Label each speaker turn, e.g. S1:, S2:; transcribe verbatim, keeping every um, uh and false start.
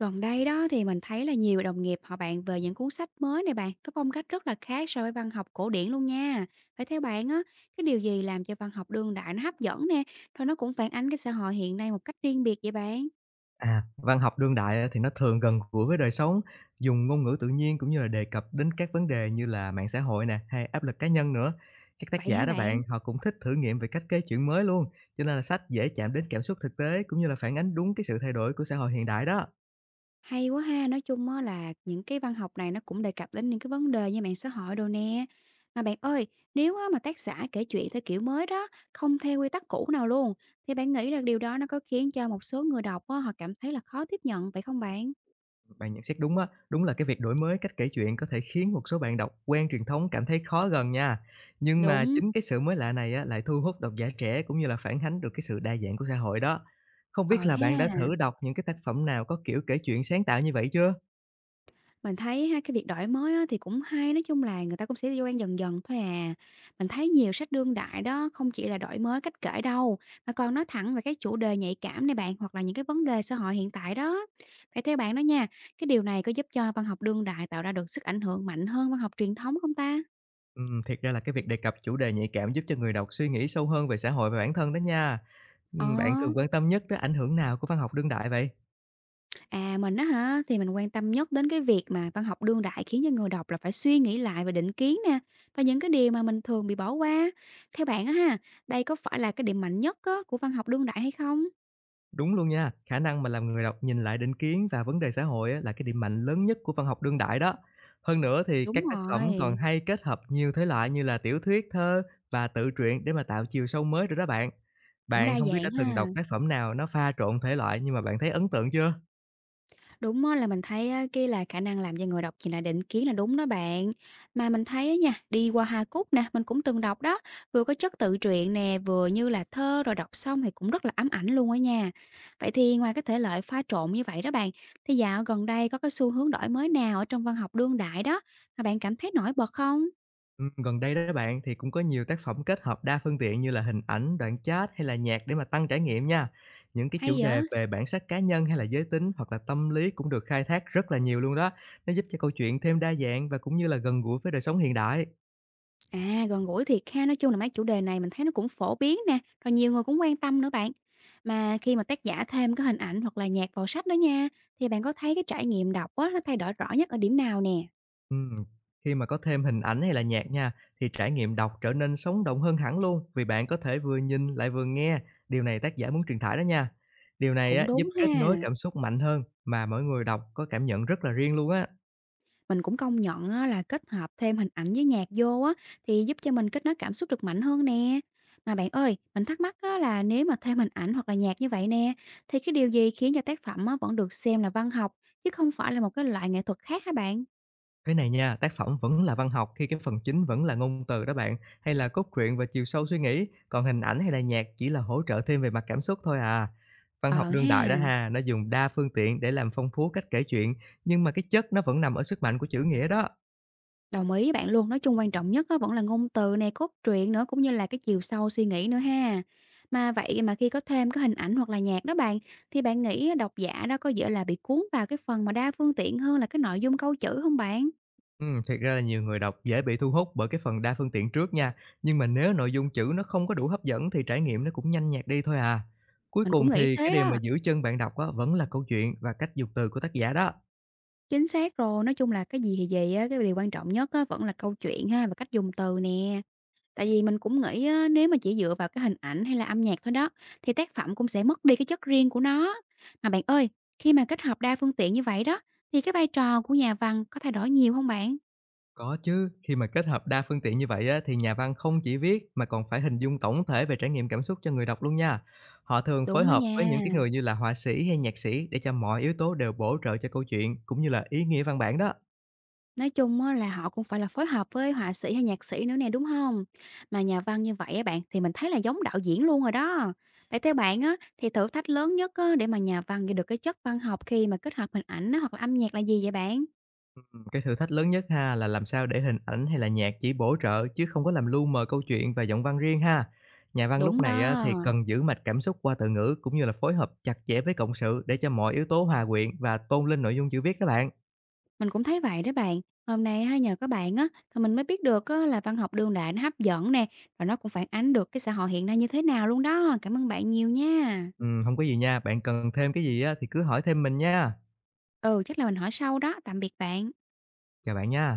S1: Gần đây đó thì mình thấy là nhiều đồng nghiệp họ bàn về những cuốn sách mới này bạn, có phong cách rất là khác so với văn học cổ điển luôn nha. Phải theo bạn á, cái điều gì làm cho văn học đương đại nó hấp dẫn nè, rồi nó cũng phản ánh cái xã hội hiện nay một cách riêng biệt vậy bạn?
S2: À, văn học đương đại á thì nó thường gần gũi với đời sống, dùng ngôn ngữ tự nhiên cũng như là đề cập đến các vấn đề như là mạng xã hội nè, hay áp lực cá nhân nữa. Các tác
S1: Vậy
S2: giả
S1: hả
S2: đó bạn,
S1: bạn?
S2: họ cũng thích thử nghiệm về cách kể chuyện mới luôn, cho nên là sách dễ chạm đến cảm xúc thực tế cũng như là phản ánh đúng cái sự thay đổi của xã hội hiện đại đó.
S1: Hay quá ha, nói chung á là những cái văn học này nó cũng đề cập đến những cái vấn đề như mạng xã hội đồ nè. Mà bạn ơi, nếu á mà tác giả kể chuyện theo kiểu mới đó, không theo quy tắc cũ nào luôn, thì bạn nghĩ là điều đó nó có khiến cho một số người đọc á, họ cảm thấy là khó tiếp nhận vậy không bạn?
S2: Bạn nhận xét đúng á, đúng là cái việc đổi mới cách kể chuyện có thể khiến một số bạn đọc quen truyền thống cảm thấy khó gần nha. Nhưng mà
S1: Đúng.
S2: chính cái sự mới lạ này á, lại thu hút độc giả trẻ cũng như là phản ánh được cái sự đa dạng của xã hội đó. Không biết
S1: Ờ
S2: là bạn đã
S1: ha,
S2: thử đọc những cái tác phẩm nào có kiểu kể chuyện sáng tạo như vậy chưa?
S1: mình thấy ha, cái việc đổi mới á, thì cũng hay, nói chung là người ta cũng sẽ vô quen dần dần thôi à. Mình thấy nhiều sách đương đại đó không chỉ là đổi mới cách kể đâu, mà còn nói thẳng về cái chủ đề nhạy cảm này bạn, hoặc là những cái vấn đề xã hội hiện tại đó. Vậy theo bạn đó nha, cái điều này có giúp cho văn học đương đại tạo ra được sức ảnh hưởng mạnh hơn văn học truyền thống không ta?
S2: Ừm, thiệt ra là cái việc đề cập chủ đề nhạy cảm giúp cho người đọc suy nghĩ sâu hơn về xã hội và bản thân đó nha.
S1: Ờ.
S2: Ừm, bạn thường quan tâm nhất tới ảnh hưởng nào của văn học đương đại vậy?
S1: À, mình á hả, thì mình quan tâm nhất đến cái việc mà văn học đương đại khiến cho người đọc là phải suy nghĩ lại về định kiến nè và những cái điều mà mình thường bị bỏ qua. Theo bạn á ha, đây có phải là cái điểm mạnh nhất á, của văn học đương đại hay không?
S2: Đúng luôn nha, khả năng mà làm người đọc nhìn lại định kiến và vấn đề xã hội á, là cái điểm mạnh lớn nhất của văn học đương đại đó. Hơn nữa thì các
S1: Đúng
S2: tác phẩm còn
S1: rồi,
S2: hay kết hợp nhiều thể loại như là tiểu thuyết, thơ và tự truyện để mà tạo chiều sâu mới rồi đó bạn.
S1: cũng
S2: Bạn
S1: đa
S2: không biết đã
S1: dạng
S2: từng đọc
S1: ha.
S2: tác phẩm nào nó pha trộn thể loại nhưng mà bạn thấy ấn tượng chưa?
S1: Đúng á, là mình thấy á, cái là khả năng làm cho người đọc chỉ là định kiến là đúng đó bạn. Mà mình thấy á nha, đi qua Hà Cúc nè, mình cũng từng đọc đó, vừa có chất tự truyện nè, vừa như là thơ rồi đọc xong thì cũng rất là ám ảnh luôn á nha. Vậy thì ngoài cái thể loại pha trộn như vậy đó bạn, thì dạo gần đây có cái xu hướng đổi mới nào ở trong văn học đương đại đó mà bạn cảm thấy nổi bật không?
S2: Ừm, gần đây đó bạn thì cũng có nhiều tác phẩm kết hợp đa phương tiện như là hình ảnh, đoạn chat hay là nhạc để mà tăng trải nghiệm nha. Những cái chủ
S1: Hay
S2: đề
S1: vậy?
S2: về bản sắc cá nhân hay là giới tính hoặc là tâm lý cũng được khai thác rất là nhiều luôn đó. Nó giúp cho câu chuyện thêm đa dạng và cũng như là gần gũi với đời sống hiện đại.
S1: À, gần gũi thiệt ha, nói chung là mấy chủ đề này mình thấy nó cũng phổ biến nè, rồi nhiều người cũng quan tâm nữa bạn. Mà khi mà tác giả thêm cái hình ảnh hoặc là nhạc vào sách đó nha, thì bạn có thấy cái trải nghiệm đọc á, nó thay đổi rõ nhất ở điểm nào nè?
S2: Ừm, Khi mà có thêm hình ảnh hay là nhạc nha thì trải nghiệm đọc trở nên sống động hơn hẳn luôn vì bạn có thể vừa nhìn lại vừa nghe. Điều này tác giả muốn truyền tải đó nha. Điều này
S1: Cũng
S2: á, giúp
S1: đúng
S2: kết nối
S1: ha.
S2: cảm xúc mạnh hơn mà mỗi người đọc có cảm nhận rất là riêng luôn á.
S1: Mình cũng công nhận á, là kết hợp thêm hình ảnh với nhạc vô á, thì giúp cho mình kết nối cảm xúc được mạnh hơn nè. Mà bạn ơi, mình thắc mắc á, là nếu mà thêm hình ảnh hoặc là nhạc như vậy nè, thì cái điều gì khiến cho tác phẩm á, vẫn được xem là văn học, chứ không phải là một cái loại nghệ thuật khác hả bạn?
S2: Thế này nha, tác phẩm vẫn là văn học khi cái phần chính vẫn là ngôn từ đó bạn, hay là cốt truyện và chiều sâu suy nghĩ, còn hình ảnh hay là nhạc chỉ là hỗ trợ thêm về mặt cảm xúc thôi à. Văn học
S1: Ờ
S2: đương
S1: ha.
S2: đại đó ha, nó dùng đa phương tiện để làm phong phú cách kể chuyện, nhưng mà cái chất nó vẫn nằm ở sức mạnh của chữ nghĩa đó.
S1: Đồng ý với bạn luôn, nói chung quan trọng nhất á vẫn là ngôn từ nè, cốt truyện nữa cũng như là cái chiều sâu suy nghĩ nữa ha. Mà vậy mà khi có thêm cái hình ảnh hoặc là nhạc đó bạn, thì bạn nghĩ độc giả đó có dễ là bị cuốn vào cái phần mà đa phương tiện hơn là cái nội dung câu chữ không bạn?
S2: Ừ, thiệt ra là nhiều người đọc dễ bị thu hút bởi cái phần đa phương tiện trước nha, nhưng mà nếu nội dung chữ nó không có đủ hấp dẫn thì trải nghiệm nó cũng nhanh nhạt đi thôi à. Cuối
S1: Mình
S2: cùng
S1: cũng nghĩ
S2: thì cái
S1: thế
S2: điều mà
S1: đó.
S2: giữ chân bạn đọc á, vẫn là câu chuyện và cách dùng từ của tác giả đó.
S1: Chính xác rồi, nói chung là cái gì thì gì á, cái điều quan trọng nhất á vẫn là câu chuyện ha và cách dùng từ nè. Tại vì mình cũng nghĩ á, nếu mà chỉ dựa vào cái hình ảnh hay là âm nhạc thôi đó, thì tác phẩm cũng sẽ mất đi cái chất riêng của nó. Mà bạn ơi, khi mà kết hợp đa phương tiện như vậy đó, thì cái vai trò của nhà văn có thay đổi nhiều không bạn?
S2: Có chứ, khi mà kết hợp đa phương tiện như vậy á, thì nhà văn không chỉ viết mà còn phải hình dung tổng thể về trải nghiệm cảm xúc cho người đọc luôn nha. Họ thường phối
S1: Đúng đó
S2: hợp với
S1: nha.
S2: những cái người như là họa sĩ hay nhạc sĩ để cho mọi yếu tố đều bổ trợ cho câu chuyện cũng như là ý nghĩa văn bản đó.
S1: Nói chung á, là họ cũng phải là phối hợp với họa sĩ hay nhạc sĩ nữa nè, đúng không? Mà nhà văn như vậy á bạn, thì mình thấy là giống đạo diễn luôn rồi đó. Vậy theo bạn á, thì thử thách lớn nhất á, để mà nhà văn ghi được cái chất văn học khi mà kết hợp hình ảnh á, hoặc là âm nhạc là gì vậy bạn?
S2: Cái thử thách lớn nhất ha là làm sao để hình ảnh hay là nhạc chỉ bổ trợ chứ không có làm lu mờ câu chuyện và giọng văn riêng ha. Nhà văn lúc
S1: Đúng
S2: này á,
S1: đó.
S2: thì cần giữ mạch cảm xúc qua từ ngữ cũng như là phối hợp chặt chẽ với cộng sự để cho mọi yếu tố hòa quyện và tôn lên nội dung chữ viết các bạn.
S1: Mình cũng thấy vậy đó bạn. Hôm nay á, nhờ các bạn á, thì mình mới biết được á, là văn học đương đại nó hấp dẫn nè, rồi nó cũng phản ánh được cái xã hội hiện nay như thế nào luôn đó. Cảm ơn bạn nhiều nha.
S2: Ừm, hông có gì nha, bạn cần thêm cái gì á thì cứ hỏi thêm mình nha.
S1: Ừ, chắc là mình hỏi sau đó. Tạm biệt bạn.
S2: Chào bạn nha.